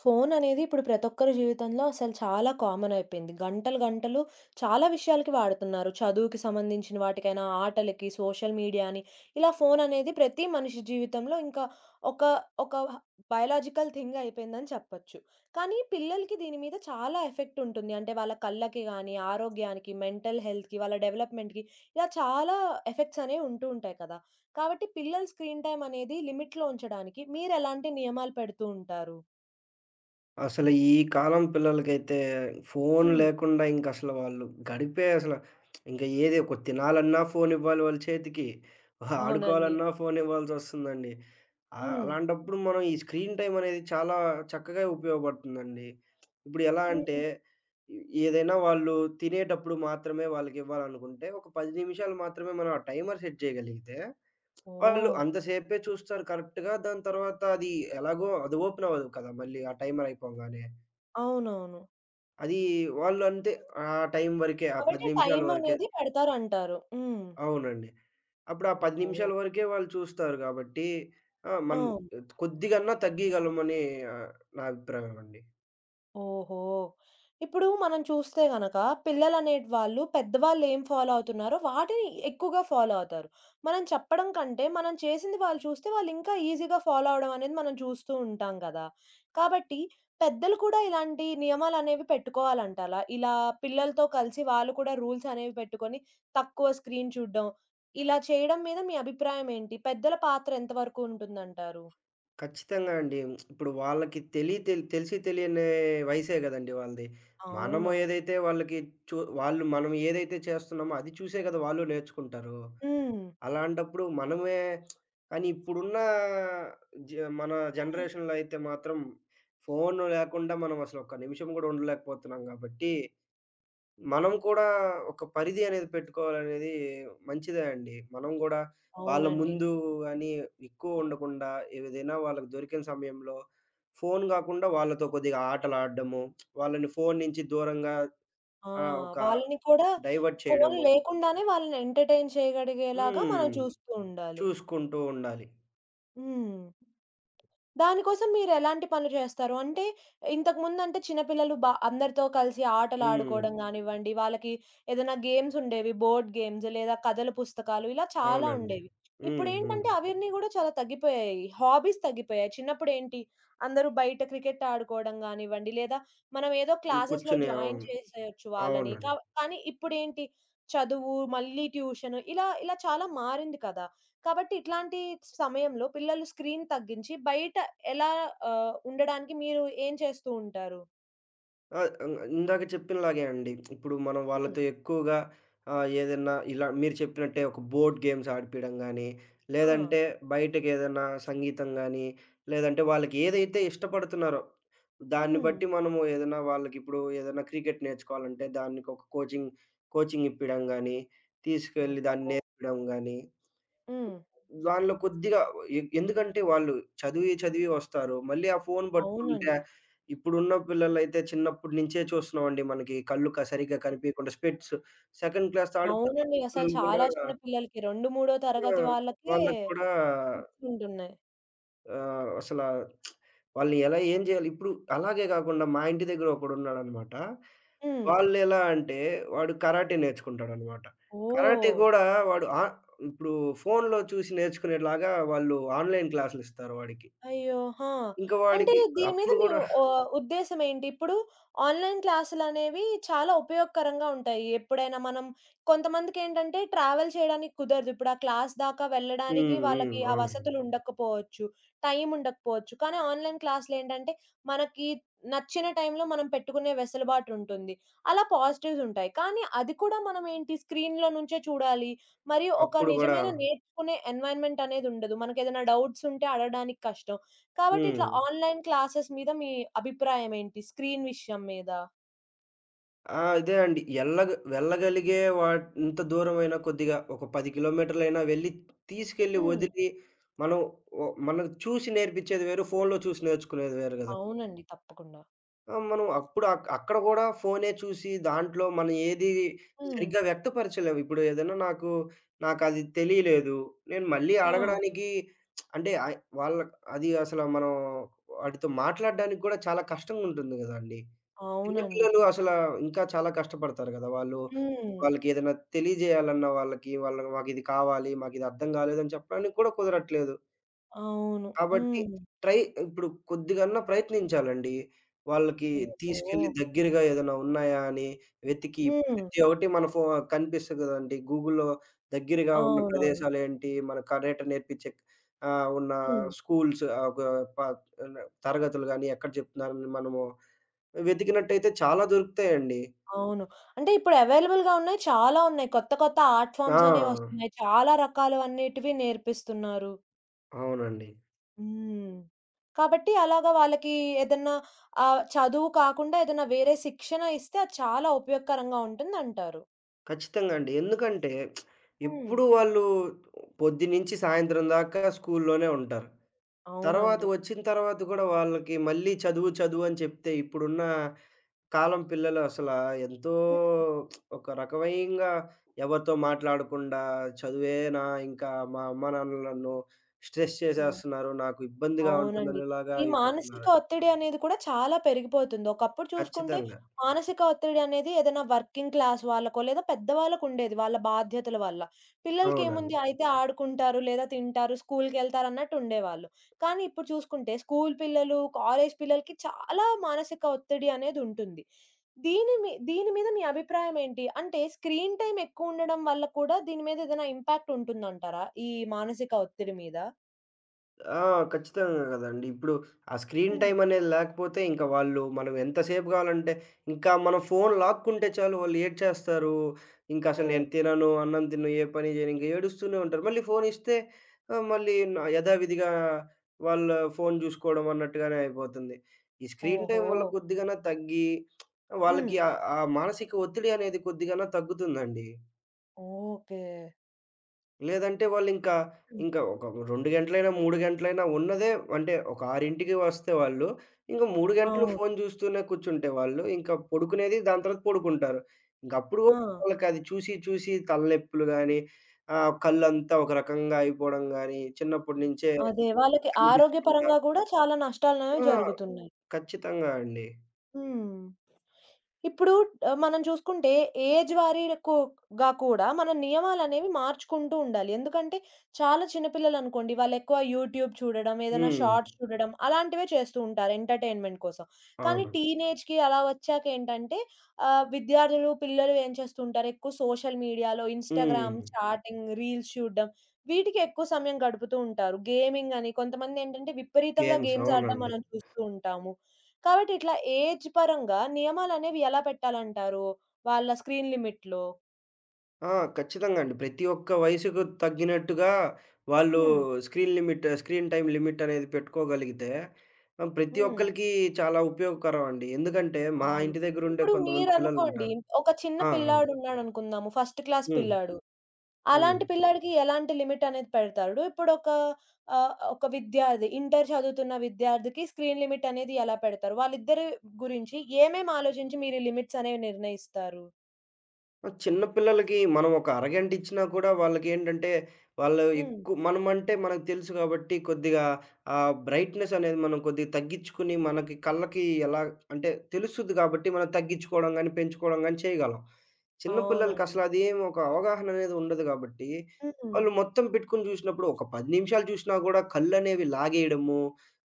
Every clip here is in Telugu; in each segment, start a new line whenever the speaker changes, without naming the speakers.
ఫోననేది ఇప్పుడు ప్రతి ఒక్కరి జీవితంలో అసలు చాలా కామన్ అయిపోయింది. గంటలు, గంటలు చాలా విషయాలకి వాడుతున్నారు. చదువుకి సంబంధించిన వాటికైనా, ఆటలకి, సోషల్ మీడియా అని ఇలా ఫోననేది ప్రతి మనిషి జీవితంలో ఇంకా ఒక ఒక హ బయోలాజికల్ థింగ్ అయిపోయిందని చెప్పొచ్చు. కానీ పిల్లలకి దీని మీద చాలా ఎఫెక్ట్ ఉంటుంది. అంటే వాళ్ళ కళ్ళకి గానీ, ఆరోగ్యానికి, మెంటల్ హెల్త్‌కి, వాళ్ళ డెవలప్‌మెంట్‌కి ఇలా చాలా ఎఫెక్ట్స్ అనేవి ఉంటూ ఉంటాయి కదా! కాబట్టి పిల్లల స్క్రీన్ టైమ్ అనేది లిమిట్‌లో ఉంచడానికి మీరెలాంటి నియమాలు పెడుతూ ఉంటారు?
అసలు ఈ కాలం పిల్లలకైతే ఫోను
హ్మ్.
లేకుండా ఇంకసలు వాళ్ళు గడిపే ఇంక ఏది ఒక తినాలన్నా ఫోనివ్వాలి వాళ్ళ చేతికి.
అవునండి.
ఆడుకోవాలన్నా ఫోనివ్వాల్సొస్తుందండి.
హ్మ్.
అలాంటప్పుడు మనం ఈ స్క్రీన్ టైమనేది చాలా చక్కగా ఉపయోగపడుతుందండి. ఇప్పుడు ఎలా
హ్మ్.
అంటే ఎ ఏదైనా వాళ్ళు తినేటప్పుడు మాత్రమే వాళ్ళకివ్వాలనుకుంటే, ఒక 10 నిమిషాలు మాత్రమే మనం ఆ టైమర్ సెట్ చేయగలిగితే వాళ్ళు
ఓహ్!
అంతసేపే చూస్తారు కరెక్ట్‌గా. దాని తర్వాత అది ఎలాగో అది ఓపెన్ అవ్వదు కదా, మళ్ళీ ఆ టైమర్ అయిపోంగానే.
అవునవును.
అది వాళ్ళు అంతే ఆ టైం వరకే. ఆ 10
కాబట్టి
నిమిషాల వరకే.
టైమనేది పెడతారంటారు. హ్మ్.
అవునండి. అప్పుడు ఆ 10
ఓహో!
నిమిషాల వరకే వాళ్ళు చూస్తారు గాబట్టి
ఆ!
మనం కొద్దిగన్నా తగ్గీయగలమని ఆహ్, నా అభిప్రాయం అండి.
ఓహో! ఇప్పుడు మనం చూస్తే గనక పిల్లలనేటి వాళ్ళు పెద్దవాళ్ళు ఏం ఫాలో అవుతున్నారో వాటిని ఎక్కువగా ఫాలో అవుతారు. మనం చెప్పడం కంటే మనం చేసింది వాళ్ళు చూస్తే వాళ్ళు ఇంకా ఈజీగా ఫాలో అవ్వడం అనేది మనం చూస్తూ ఉంటాం కదా! కాబట్టి పెద్దలు కూడా ఇలాంటి నియమాలనేవి పెట్టుకోవాలంటారా? ఇలా పిల్లలతో కలిసి వాళ్ళు కూడా రూల్స్ అనేవి పెట్టుకొని తక్కువ స్క్రీన్ చూడ్డం, ఇలా చేయడం మీద మీ అభిప్రాయం ఏంటి? పెద్దల పాత్ర ఎంత వరకు ఉంటుందంటారు?
ఖచ్చితంగా అండి. ఇప్పుడు వాళ్ళకి తెలిసి తెలియని వయసే గదండీ వాళ్ళది. మనము
అవునవును.
ఏదైతే వాళ్ళకి వాళ్ళు మనం ఏదైతే చేస్తున్నామో అది చూసే గదా, వాళ్ళు నేర్చుకుంటారు.
హ్మ్.
అలాంటప్పుడు మనమే కానీ ఇప్పుడున్న జ మన
హ్మ్.
జనరేషన్‌లో అయితే మాత్రం ఫోను లేకుండా మనం అసలు ఒక్క నిమిషం గూడా ఉండలేకపోతున్నాం గాబట్టి, మనం కూడా ఒక పరిధి అనేది పెట్టుకోవాలనేది మంచిదే అండి. మనం గూడా వాళ్ళ
అవునండి.
ముందు అని ఎక్కువ ఉండకుండా, ఏదైనా వాళ్ళకి దొరికిన సమయంలో ఫోను గాకుండా వాళ్ళతో కొద్దిగా ఆటలాడడము, వాళ్ళని ఫోను నుంచి దూరంగా
ఆ!
ఒక
వాళ్ళని కూడా
డైవర్ట్
ఫోను
చేయడము.
లేకుండానే వాళ్ళని ఎంటర్‌టైన్ చేయగలిగేలాగా
హ్మ్.
మనం చూస్తూ ఉండాలి.
చూసుకుంటూ ఉండాలి.
హ్మ్. దానికోసం మీరెలాంటి పనులు చేస్తారు? అంటే ఇంతకుముందంటే చిన్నపిల్లలు అందరితో కలిసి
హ్మ్.
ఆటలాడుకోవడం గానివ్వండి, వాళ్ళకి ఏదైనా గేమ్స్ ఉండేవి. బోర్డ్ గేమ్స్ లేదా కథల పుస్తకాలు ఇలా చాలా
అవునండి.
ఉండేవి.
హ్మ్. హ్మ్.
ఇప్పుడేంటంటే అవన్నీ గూడా చాలా తగ్గిపోయాయి. హాబీస్ తగ్గిపోయాయి. చిన్నప్పుడేంటి అందరూ బయట క్రికెట్ ఆడుకోవడం గానివ్వండి, లేదా మనం ఏదో
హ్మ్.
క్లాసెస్‌లో
కూర్చుని
జాయిన్
అవును.
చేసేయొచ్చు వాళ్ళని. కా
అవునండి.
కానీ ఇప్పుడేంటి చదువు, మళ్ళీ ట్యూషన్ ఇలా ఇలా చాలా మారింది కదా! కాబట్టి ఇట్లాంటి సమయంలో పిల్లలు స్క్రీన్ తగ్గించి బయట ఎలా ఉండడానికి మీరు ఏం చేస్తూ ఉంటారు?
ఆ, ఇందాక చెప్పినలాగే అండి. ఇప్పుడు మనం
హ్మ్.
వాళ్ళతో ఎక్కువగా ఏదన్నా ఇలా మీరు చెప్పినట్టే ఒక బోర్డ్ గేమ్స్ ఆడిపియడం గానీ,
ఆ!
లేదంటే బయటకేదన్నా సంగీతం గానీ, లేదంటే వాళ్ళకి ఏదైతే ఇష్టపడుతున్నారో, దాన్ని
హ్మ్.
బట్టి మనము ఏదైనా వాళ్ళకిప్పుడు ఏదైనా క్రికెట్ నేర్చుకోవాలంటే దానికి ఒక కోచింగ్, కోచింగ్ ఇప్పియడం గానీ, తీసుకెళ్ళి దాన్ని
ఓహో!
నేర్పడం గానీ
హ్మ్.
దానిలో కొద్దిగా ఎందుకంటే వాళ్ళు చదివి చదివి వస్తారు. మళ్ళీ ఆ ఫోను పట్టుకుంటే
అవునండి.
ఇప్పుడున్న పిల్లలైతే చిన్నప్పటి నుంచే చూస్తున్నామండి. మనకి కళ్ళు సరిగ్గా కనిపియకుండా specs second class, third class
అవునండి. అసలు
పిల్లలు కూడా
చాలా చిన్న పిల్లలకి 2, 3
ఆ,
తరగతి వాళ్ళకే
వాళ్ళకి కూడా
టిప్సుంటున్నాయి.
ఆహ్, అసల వాళ్ళని ఎలా ఏం జేయాలి? ఇప్పుడు అలాగే గాకుండా మా ఇంటి దగ్గర ఒకడున్నాడనమాట.
హ్మ్.
వాళ్ళెలా అంటే వాడు కరాటే నేర్చుకుంటాడనమాట. కరాటే
ఓహ్!
గూడా వాడు ఆ ఇప్పుడు ఫోనులో చూసి నేర్చుకునేలాగా వాళ్ళు ఆన్‌లైన్ క్లాసులిస్తారు వాడికి.
అయ్యో! ఆ!
ఇంక
అంటే
వాడికి
దీని మీద
అప్పుడు
మీ
గూడా
ఉద్దేశ్యం ఏంటి? ఇప్పుడు ఆన్‌లైన్ క్లాసులనేవి చాలా ఉపయోగకరంగా ఉంటాయి. ఎప్పుడైనా మనం కొంతమందికేంటంటే ట్రావెల్ చేయడానికి కుదరదు. ఇప్పుడు ఆ క్లాస్ దాకా వెళ్ళడానికి
హ్మ్. హ్మ్.
వాళ్ళకి ఆ
అవునండి.
వసతులు ఉండకపోవచ్చు. టైం ఉండకపోవచ్చు. కానీ ఆన్‌లైన్ క్లాసులేంటంటే మనకి నచ్చిన టైంలో మనం పెట్టుకునే వెసులుబాటుంటుంది. అలా పాజిటివ్స్ ఉంటాయి. కానీ అది కూడా మనమేంటి స్క్రీన్‌లో నుంచే చూడాలి. మరియు ఒక
అప్పుడు గూడా
నిజమైన నేర్చుకునే ఎన్విరాన్మెంట్ అనేది ఉండదు. మనకేదైనా డౌట్స్ ఉంటే అడగడానికి కష్టం. కాబట్టి
హ్మ్.
ఇట్లా ఆన్‌లైన్ క్లాసెస్ మీద మీ అభిప్రాయం ఏంటి? స్క్రీన్ విషయం మీద?
ఆ, ఇదే అండి. ఎల్లగ వెళ్ళగలిగే వా ఇంత దూరమైనా కొద్దిగా ఒక 10 కిలోమీటర్లైనా వెళ్ళి తీసుకెళ్ళి
హ్మ్.
వదిలి మనం మనం చూసి నేర్పించేది వేరు, ఫోన్‌లో చూసి నేర్చుకునేది వేరు గదా.
అవునండి. తప్పకుండా.
ఆ, మనం అప్పుడు అక్కడ గూడా ఫోనే చూసి దాంట్లో మనం ఏది
హ్మ్.
సరిగ్గా వ్యక్తపరచలేము. ఇప్పుడు ఏదైనా నాకు నాకది తెలియలేదు. నేను మళ్ళీ
ఆ!
అడగడానికి అంటే వాళ్ళ అది మనం వాడితో మాట్లాడడానికి గూడా చాలా కష్టంగుంటుంది గదండీ. చిన్న
అవునండి.
పిల్లలు ఇంకా చాలా కష్టపడతారు గదా, వాళ్ళు,
హ్మ్.
వాళ్ళకేదైనా తెలియజేయాలన్నా వాళ్ళకి, వాళ్ళ మాకిది కావాలి, మాకిది అర్థం కాలేదని చెప్పడానికి కూడా కుదరట్లేదు.
అవును.
కాబట్టి
హ్మ్.
ట్రై ఇప్పుడు కొద్దిగన్నా ప్రయత్నించాలండి. వాళ్ళకి
ఓహో!
తీసుకెళ్ళి దగ్గరగా ఏదైనా ఉన్నాయా అని వెతికి ఇప్పుడు
హ్మ్.
ప్రతి ఒక్కటి మన కనిపిస్తది గదండీ. గూగుల్‌లో దగ్గరగా ఉన్న
అవునవును.
ప్రదేశాలేంటి, మన కరాటే నేర్పించే ఉన్న
హ్మ్.
స్కూల్స్ ఒక ప తరగతులు గాని ఎక్కడ చెప్తున్నారని మనము వెతికినట్టయితే చాలా దొరుకుతాయండి.
అవును. అంటే ఇప్పుడు అవైలబుల్‌గా ఉన్నాయి. చాలా ఉన్నాయి. కొత్త కొత్త ఆర్ట్ ఫార్మ్స్ అనేవి
ఆ,
వస్తున్నాయి. చాలా రకాలు అనేటివి నేర్పిస్తున్నారు.
అవునండి.
హ్మ్. కాబట్టి అలాగా వాళ్ళకి ఏదన్నా చదువు కాకుండా ఏదన్నా వేరే శిక్షణ ఇస్తే అది చాలా ఉపయోగకరంగా ఉంటుందంటారు.
ఖచ్చితంగా అండి. ఎందుకంటే
హ్మ్.
ఎప్పుడు వాళ్ళు పొద్దున్నుంచి సాయంత్రం దాకా స్కూల్లోనే ఉంటారు. తర్వాత
అవునండి.
వచ్చిన తర్వాత కూడా వాళ్ళకి మళ్ళీ చదువు, చదువు అని చెప్తే ఇప్పుడున్న కాలం పిల్లలు అసలా ఎంతో
హ్మ్.
ఒక రకవంగా ఎవరితో మాట్లాడకుండా చదువేనా ఇంకా మా అమ్మ నాన్నలు నన్ను స్ట్రెస్ చేసేస్తున్నారు. నాకు ఇబ్బందిగా
అవునండి.
ఉంటుందనేలాగా
ఈ మానసిక
అయిపోతున్నారండి.
ఒత్తిడి అనేది కూడా చాలా పెరిగిపోతుంది. ఒకప్పుడు చూసుకుంటే
ఖచ్చితంగా.
మానసిక ఒత్తిడి అనేది ఏదైనా వర్కింగ్ క్లాస్ వాళ్ళకో, లేదా పెద్దవాళ్ళకుండేది వాళ్ళ బాధ్యతల వల్ల.
అవునండి.
పిల్లలకేముంది అయితే ఆడుకుంటారు, లేదా తింటారు, స్కూలుకెళ్తారు అన్నట్టుండేవాళ్ళు. కానీ ఇప్పుడు చూసుకుంటే స్కూలు పిల్లలు, కాలేజు పిల్లలకి చాలా మానసిక ఒత్తిడి అనేదుంటుంది. దీని మీద మీ అభిప్రాయం ఏంటి? అంటే స్క్రీన్ టైమ్ ఎక్కువుండడం వల్ల కూడా దీని మీద ఏదైనా ఇంపాక్ట్ ఉంటుందంటారా? ఈ మానసిక ఒత్తిడి మీద?
ఆ, ఖచ్చితంగా గదండీ. ఇప్పుడు ఆ స్క్రీన్
హ్మ్.
టైమ్ అనేది లేకపోతే ఇంక వాళ్ళు మనం ఎంతసేపు గావాలంటే ఇంకా మనం ఫోను లాక్కుంటే చాలు వాళ్ళు ఏడ్చేస్తారు. ఇంకసలు నేను
హ్మ్.
తినను, అన్నం తినను, ఏ పని జేయను ఇంక ఏడుస్తూనే ఉంటారు. మళ్ళీ ఫోనిస్తే మళ్ళీ యథావిధిగా వాళ్ళ ఫోను జూసుకోవడం అన్నట్టుగానే అయిపోతుంది. ఈ స్క్రీన్
ఓహో!
టైమ్ వల్ల కొద్దిగన్నా తగ్గి
హ్మ్.
వాళ్ళకి ఆ ఆ మానసిక ఒత్తిడి అనేది కొద్దిగన్నా తగ్గుతుందండి.
ఓకే.
లేదంటే వాళ్ళింకా,
హ్మ్.
ఇంకా ఇంకా ఒక 2 గంటలైనా, 3 గంటలైనా ఉన్నదే అంటే ఒక 6కి వస్తే వాళ్ళు, ఇంక 3 గంటలు
అవును.
ఫోను జూస్తూనే కూర్చుంటే వాళ్ళు, ఇంకా పడుకునేది దాని తర్వాత పడుకుంటారు. ఇంకప్పుడు
ఆ!
గూడా వాళ్ళకది చూసి, తలనొప్పులు గానీ, కళ్ళంతా ఒక రకంగా అయిపోవడం గానీ, చిన్నప్పటి నుంచే
అదే. వాళ్ళకి
కనిపించకుండా
ఆరోగ్యపరంగా గూడా చాలా నష్టాలనేవి
ఆ,
జరుగుతున్నాయి.
ఖచ్చితంగా అండి.
హ్మ్. ఇప్పుడు మనం చూసుకుంటే ఏజ్ గా కూడా మన నియమాలనేవి మార్చుకుంటూ ఉండాలి. ఎందుకంటే చాలా చిన్న పిల్లలనుకోండి వాళ్ళెక్కువ యూట్యూబ్ చూడడం, ఏదైనా షార్ట్స్
హ్మ్.
చూడడం అలాంటివే చేస్తూ ఉంటారు ఎంటర్‌టైన్‌మెంట్ కోసం. కానీ
అవును.
టీనేజ్‌కి అలా వచ్చాకేంటంటే విద్యార్థులు, పిల్లలు ఏం చేస్తూ ఉంటారు ఎక్కువ సోషల్ మీడియాలో
హ్మ్.
ఇన్‌స్టాగ్రామ్, చాటింగ్, రీల్స్ చూడడం వీటికి ఎక్కువ సమయం గడుపుతూ ఉంటారు. గేమింగ్ అని కొంతమందేంటంటే విపరీతంగా
గేమ్స్.
గేమ్స్ ఆడడం
అవునండి.
మనం చూస్తూ ఉంటాము. కాబట్టి ఇట్లా ఏజ్ పరంగా నియమాలనేవి ఎలా పెట్టాలంటారు? వాళ్ళ స్క్రీన్ లిమిట్‌లో?
ఆ, ఖచ్చితంగా అండి. ప్రతి ఒక్క వయసుకు తగ్గినట్టుగా వాళ్ళు
హ్మ్.
Screen limit, screen time limit అనేది పెట్టుకోగలిగితే ప్రతి
హ్మ్.
ఒక్కళ్ళకి చాలా ఉపయోగకరం అండి. ఎందుకంటే మా
అవును.
ఇంటి దగ్గరుండే
ఇప్పుడు
కొంతమంది
మీరనుకోండి
పిల్లలుంటారు.
ఒక చిన్న
ఆ. ఆ.
పిల్లాడున్నాడనుకుందాము. ఫస్ట్ క్లాస్
హ్మ్.
పిల్లాడు.
హ్మ్.
అలాంటి పిల్లాడికి ఎలాంటి లిమిట్ అనేది పెడతారు? ఇప్పుడొక ఒక విద్యార్థి ఇంటర్ చదువుతున్న విద్యార్థికి స్క్రీన్ లిమిట్ అనేది ఎలా పెడతారు? వాళ్ళిద్దరి గురించి ఏమేమి ఆలోచించి మీరు ఈ లిమిట్స్ అనేవి నిర్ణయిస్తారు?
చిన్న పిల్లలకి మనం ఒక అరగంట ఇచ్చినా కూడా వాళ్ళకేంటంటే వాళ్ళు
హ్మ్.
ఎక్కువ మనమంటే మనకు తెలుసు కాబట్టి కొద్దిగా ఆ బ్రైట్‌నెస్ అనేది మనం కొద్దిగా తగ్గించుకొని మనకి కళ్ళకి ఎలా అంటే తెలుస్తది కాబట్టి మనం తగ్గించుకోవడం గాని, పెంచుకోవడం గాని చేయగలం. చిన్న
అవునండి.
పిల్లలకసల అదేం ఒక అవగాహన అనేది ఉండదు గాబట్టి,
హ్మ్.
వాళ్ళు మొత్తం పెట్టుకొని జూసినప్పుడు ఒక 10 నిమిషాలు జూషినా గూడా కళ్ళనేవి లాగేయడము,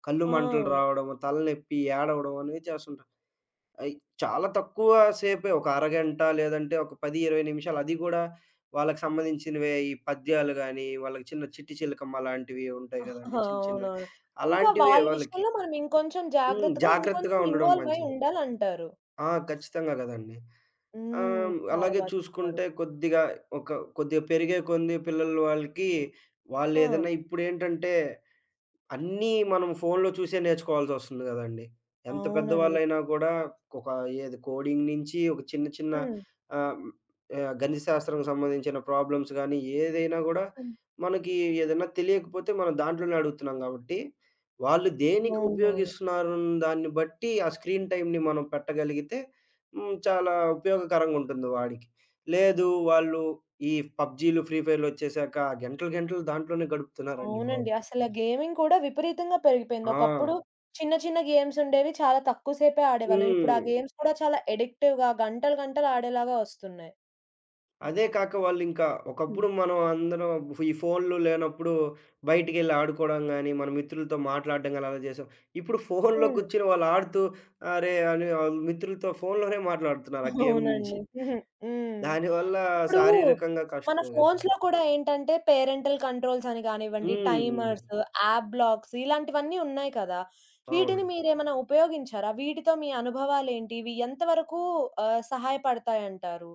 కళ్ళు
ఆ!
మంటలు రావడము, తలనొప్పి, ఏడవడం అనేవి చేస్తుంటారు. అయి చాలా తక్కువ సేపే ఒక అరగంట లేదంటే ఒక 10, 20 నిమిషాలు అది గూడా వాళ్ళకి సంబంధించినవే ఈ పద్యాలు గానీ, వాళ్ళకి చిన్న చిట్టి చిలకమ్మ లాంటివి ఉంటాయి గదండీ చిన్న
అవునవును.
చిన్నవి.
ఇంకా
అలాంటివే
వాళ్ళ
వాళ్ళకి.
విషయంలో మనం ఇంకొంచెం
హ్మ్.
జాగ్రత్తగా,
జాగ్రత్తగా
ఇంకొంచెం
ఉండడం
ఇన్వాల్వ్ అయ్యి
మంచిది.
ఉండాలంటారు.
ఆ, ఖచ్చితంగా గదండీ.
హ్మ్. చాలా
అలాగే
చెప్పారు.
చూసుకుంటే కొద్దిగా ఒక కొద్దిగా పెరిగే కొంది పిల్లలు వాళ్ళకి
ఆ!
వాళ్ళేదైనా ఇప్పుడేంటంటే అన్నీ మనం ఫోన్‌లో చూసే నేర్చుకోవాల్సొస్తుంది గదండీ. ఎంత
అవునండి.
పెద్దవాళ్ళైనా గూడా ఒక ఏది కోడింగ్ నుంచి ఒక చిన్న చిన్న
హ్మ్.
ఆహ్, ఆహ్, గణిత శాస్త్రం సంబంధించిన ప్రాబ్లమ్స్ గానీ, ఏదైనా గూడా
హ్మ్.
మనకి ఏదైనా తెలియకపోతే మనం దాంట్లోనే అడుగుతున్నాం గాబట్టి, వాళ్ళు దేనికి
అవునవును.
ఉపయోగిస్తున్నారన్న దాన్ని బట్టి ఆ స్క్రీన్ టైమ్‌ని మనం పెట్టగలిగితే హ్మ్. చాలా ఉపయోగకరంగుంటుంది వాడికి. లేదు వాళ్ళు ఈ పబ్‌జీలు, ఫ్రీ ఫైర్‌లొచ్చేసాక గంటలు గంటలు దాంట్లోనే గడుపుతున్నారండి
అవునండి.
బాబు.
అసల గేమింగ్ కూడా విపరీతంగా పెరిగిపోయింది.
ఆ.
ఒకప్పుడు చిన్న చిన్న గేమ్స్ ఉండేవి. చాలా తక్కువ సేపే ఆడేవాళ్ళం. ఇప్పుడు ఆ
హ్మ్.
గేమ్స్ కూడా చాలా అడిక్టివ్‌గా గంటలు గంటలు ఆడేలాగా వస్తున్నాయి.
అదే
అవును.
కాక వాళ్ళింకా
హ్మ్.
ఒకప్పుడు మనం అందరం ఈ ఫోన్‌లు లేనప్పుడు బయటికెళ్ళి ఆడుకోవడం గాని, మన మిత్రులతో మాట్లాడడం గాని అలా చేసాం. ఇప్పుడు ఫోన్‌లో
హ్మ్.
కూర్చొని వాళ్ళు ఆడుతూ అరే అని ఆళ్ళు మిత్రులతో ఫోన్‌లోనే మాట్లాడుతున్నారు ఆ గేమ్
అవునండి.
నుంచి.
హ్మ్.
దానివల్ల
ఇప్పుడు
శారీరకంగా
మన
కష్టమే గదా.
ఫోన్స్‌లో కూడా ఏంటంటే, పేరెంటల్ కంట్రోల్స్ అని గానివ్వండి,
హ్మ్. హ్మ్.
టైమర్స్, యాప్ బ్లాక్స్ ఇలాంటివన్నీ ఉన్నాయి కదా! వీటిని
అవును.
మీరేమైనా ఉపయోగించారా? వీటితో మీ అనుభవాలేంటి? ఇవి ఎంతవరకు సహాయపడతాయంటారు?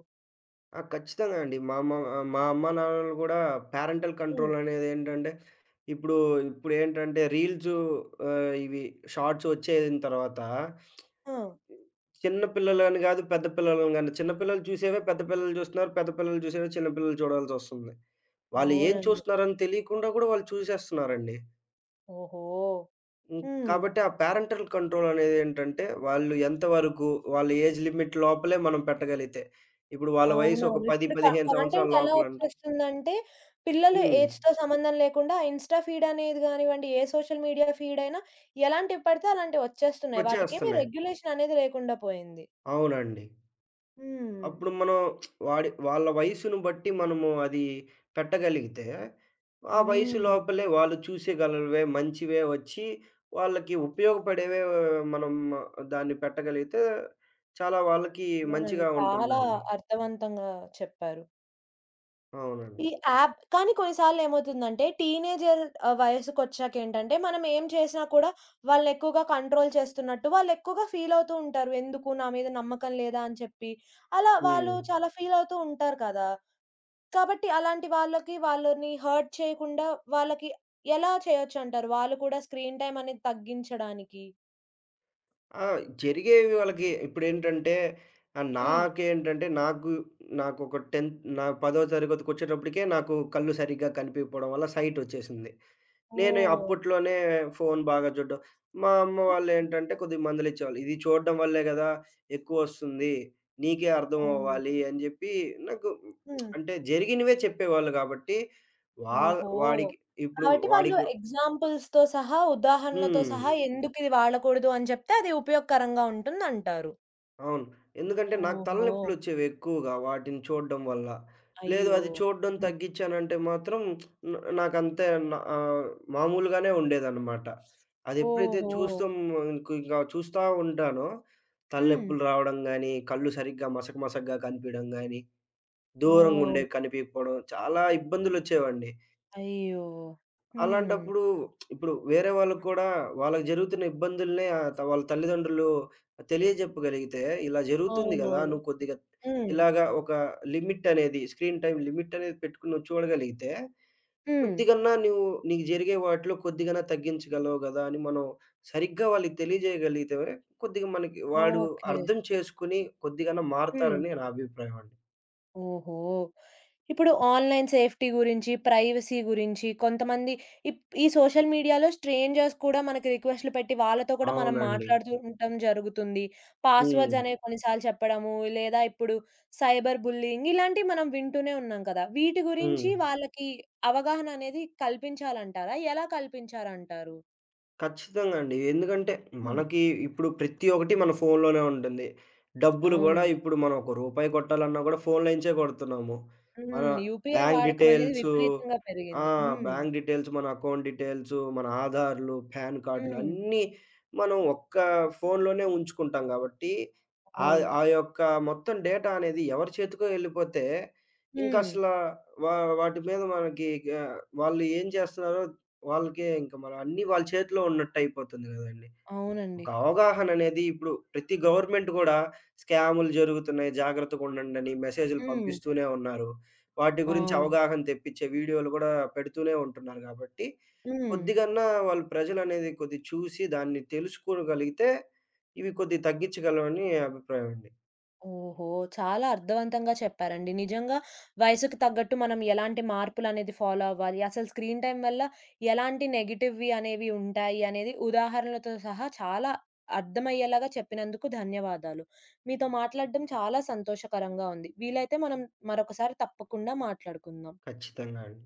ఆ, ఖచ్చితంగా అండి. మా అమ్మ నాన్నలు గూడా పేరెంటల్
హ్మ్.
కంట్రోల్ అనేదేంటంటే, ఇప్పుడు ఇప్పుడేంటంటే రీల్సు ఇవి షార్ట్స్ వచ్చేసిన తర్వాత
ఆ!
చిన్న పిల్లలని గాదు, పెద్ద పిల్లలని గాని. చిన్న పిల్లలు చూసేవే పెద్ద పిల్లలు జూస్తున్నారు. పెద్ద పిల్లలు చూసేవే చిన్న పిల్లలు చూడాల్సొస్తుంది. వాళ్ళు ఏం
అవునండి.
చూస్తున్నారని తెలియకుండా గూడా వాళ్ళు చూసేస్తున్నారండి.
ఓహో!
హ్మ్.
హ్మ్.
కాబట్టి ఆ పేరెంటల్ కంట్రోల్ అనేదేంటంటే, వాళ్ళు ఎంతవరకు వాళ్ళ ఏజ్ లిమిట్ లోపలే మనం పెట్టగలిగితే. ఇప్పుడు వాళ్ళ వయసు ఒక
అవునవును.
10,
ఇప్పుడు క
15 సంవత్సరాల
కంటెంట్ ఎలా
లోపలంటే
వచ్చేస్తుందంటే, పిల్లలు
హ్మ్.
ఏజ్‌తో సంబంధం లేకుండా ఇన్‌స్టా ఫీడ్ అనేది గానివ్వండి, ఏ సోషల్ మీడియా ఫీడ్ అయినా ఎలాంటివి పడితే అలాంటివి వచ్చేస్తున్నాయి. వాటికేమి
వచ్చేస్తున్నాయి.
రెగ్యులేషన్ అనేది లేకుండా పోయింది.
అవునండి.
హ్మ్.
అప్పుడు మనం వాళ్ళ వయసును బట్టి మనము అది పెట్టగలిగితే, ఆ వయసు
హ్మ్.
లోపలే వాళ్ళు చూసేగలవే, మంచివే వచ్చి వాళ్ళకి ఉపయోగపడేవే మనం దాన్ని పెట్టగలిగితే చాలా వాళ్ళకి
అవునండి.
మంచిగా
చాలా
ఉంటుందండి.
అర్థవంతంగా చెప్పారు.
అవునండి.
ఈ యాప్ కానీ కొన్నిసార్లు ఏమవుతుందంటే టీనేజర్ వయసుకొచ్చాకేంటంటే మనం ఏం చేసినా కూడా వాళ్ళనెక్కువగా కంట్రోల్ చేస్తున్నట్టు వాళ్ళెక్కువగా ఫీలవుతూ ఉంటారు. ఎందుకు నా మీద నమ్మకం లేదా అని చెప్పి. అలా వాళ్ళు
హ్మ్.
చాలా ఫీలవుతూ ఉంటారు కదా! కాబట్టి అలాంటి వాళ్ళకి వాళ్ళని హర్ట్ చేయకుండా వాళ్ళకి ఎలా చేయొచ్చంటారు? వాళ్ళు కూడా స్క్రీన్ టైమ్ అనేది తగ్గించడానికి?
ఆ, జరిగేవి వాళ్ళకి ఇప్పుడేంటంటే ఆహ్,
హ్మ్.
నాకేంటంటే నాకు నాకొక 10థ్ తరగతికొచ్చేటప్పటికే నాకు కళ్ళు సరిగ్గా కనిపియకపోవడం వల్ల సైట్ వచ్చేసింది. నేను
ఓహ్!
అప్పట్లోనే ఫోను బాగా చూడ్డం. మా అమ్మ వాళ్ళేంటంటే కొద్దిగా మందులిచ్చేవాళ్ళు. ఇది చూడడం వల్లే గదా, ఎక్కువొస్తుంది. నీకే
హ్మ్.
అర్థమవ్వాలి అని జెప్పి నాకు
హ్మ్.
అంటే జరిగినవే చెప్పేవాళ్ళు గాబట్టి, వా
ఓహో!
వాడికి ఇప్పుడు
కాబట్టి వాళ్ళు
వాడికి
ఎగ్జాంపుల్స్‌తో సహా, ఉదాహరణలతో
హ్మ్.
సహా హ్మ్. ఎందుకిది వాడకూడదు అని చెప్తే అది ఉపయోగకరంగా ఉంటుందంటారు.
అవును. ఎందుకంటే నాకు
ఓహో!
తలనొప్పులొచ్చేవి ఎక్కువగా వాటిని చూడడం వల్ల. లేదు
అయ్యో!
అది చూడడం
హ్మ్.
తగ్గిచ్చానంటే మాత్రం న నాకంతే న ఆహ్, మామూలుగానే ఉండేదనమాట. అది ఎప్పుడైతే
ఓహో!
చూస్తాం ఇంక ఇంక చూస్తా ఉంటానో
హ్మ్.
తలనొప్పులు రావడం గానీ, కళ్ళు సరిగ్గా మసకగా కనిపియడం గానీ,
ఓహ్!
దూరంగుండేవి కనిపియకపోవడం చాలా ఇబ్బందులొచ్చేవండి.
అయ్యో! హ్మ్.
అలాంటప్పుడు ఇప్పుడు వేరే వాళ్ళకి కూడా వాళ్ళకి జరుగుతున్న ఇబ్బందుల్ని ఆహ్, త వాళ్ళ తల్లిదండ్రులు తెలియజెప్పగలిగితే, ఇలా జరుగుతుంది గదా,
అవునవును.
నువ్వు కొద్దిగా
హ్మ్.
ఇలాగా ఒక లిమిట్ అనేది స్క్రీన్ టైమ్ లిమిట్ అనేది పెట్టుకొని నువ్వు చూడగలిగితే,
హ్మ్.
కొద్దిగన్నా నువ్వు నీకు జరిగే వాటిలో కొద్దిగన్నా తగ్గించగలవు గదా అని మనం సరిగ్గా వాళ్ళకి తెలియజేయగలిగితే, కొద్దిగా మనకి వాడు
ఓకే.
అర్థం చేసుకొని కొద్దిగన్నా
హ్మ్.
మారతారని నా అభిప్రాయం అండి.
ఓహో! ఇప్పుడు ఆన్‌లైన్ సేఫ్టీ గురించి, ప్రైవసీ గురించి కొంతమంది ఈ సోషల్ మీడియాలో స్ట్రేంజర్స్ కూడా మనకి రిక్వెస్ట్‌లు పెట్టి వాళ్ళతో కూడా మనం
అవునండి.
మాట్లాడుతూ ఉండటం జరుగుతుంది.
హ్మ్.
పాస్వర్డ్స్ అనేవి కొన్నిసార్లు చెప్పడము, లేదా ఇప్పుడు సైబర్ బుల్లీయింగ్ ఇలాంటివి మనం వింటూనే ఉన్నాం కదా! వీటి
హ్మ్.
గురించి వాళ్ళకి అవగాహన అనేది కల్పించాలంటారా? ఎలా కల్పించారంటారు?
ఖచ్చితంగా అండి. ఎందుకంటే,
హ్మ్.
మనకి ఇప్పుడు ప్రతి ఒక్కటి మన ఫోన్‌లోనే ఉంటుంది. డబ్బులు గూడా
అవునండి.
ఇప్పుడు మనం ఒక రూపాయి కొట్టాలన్నా గూడా ఫోన్‌లో నుంచే కొడుతున్నాము. మన
హ్మ్. యూపీఐ
బ్యాంక్
వాడకం అనేది
డీటెయిల్సు
విపరీతంగా
ఆ,
పెరిగింది. హ్మ్.
బ్యాంక్ డీటెయిల్స్, మన అకౌంట్ డీటెయిల్సు, మన ఆధార్‌లు, పాన్ కార్డ్‌లు
హ్మ్.
అన్నీ మనం ఒక్క ఫోన్‌లోనే ఉంచుకుంటాం గాబట్టి, ఆ
అవును.
ఆ యొక్క మొత్తం డేటా అనేది ఎవరి చేతికో ఎళ్ళిపోతే,
హ్మ్.
ఇంకసల వా వాటి మీద మనకి ఆహ్, వాళ్ళు ఏం చేస్తున్నారో వాళ్ళకే ఇంక మనం అన్నీ వాళ్ళ చేతిలో ఉన్నట్టయిపోతుంది గదండీ.
అవునండి.
ఒక అవగాహననేది ఇప్పుడు ప్రతి గవర్నమెంట్ గూడా స్కాములు జరుగుతున్నాయి, జాగ్రత్తగుండండని మెసేజులు
హ్మ్.
పంపిస్తూనే ఉన్నారు. వాటి గురించి
అవును.
అవగాహన తెప్పిచ్చే వీడియోలు గూడా పెడుతూనే ఉంటున్నారు గాబట్టి,
హ్మ్.
కొద్దిగన్నా వాళ్ళు ప్రజలనేది కొద్దిగా చూసి దాన్ని తెలుసుకోగలిగితే, ఇవి కొద్దిగా తగ్గిచ్చగలవని అభిప్రాయం అండి.
ఓహో! చాలా అర్థవంతంగా చెప్పారండి. నిజంగా వయసుకు తగ్గట్టు మనం ఎలాంటి మార్పులనేది ఫాలో అవ్వాలి, అసలు స్క్రీన్ టైమ్ వల్ల ఎలాంటి నెగెటివ్‌వి అనేవి ఉంటాయి అనేది ఉదాహరణలతో సహా చాలా అర్థమయ్యేలాగా చెప్పినందుకు ధన్యవాదాలు. మీతో మాట్లాడడం చాలా సంతోషకరంగా ఉంది. వీలైతే మనం మరొకసారి తప్పకుండా మాట్లాడుకుందాం.
ఖచ్చితంగా అండి.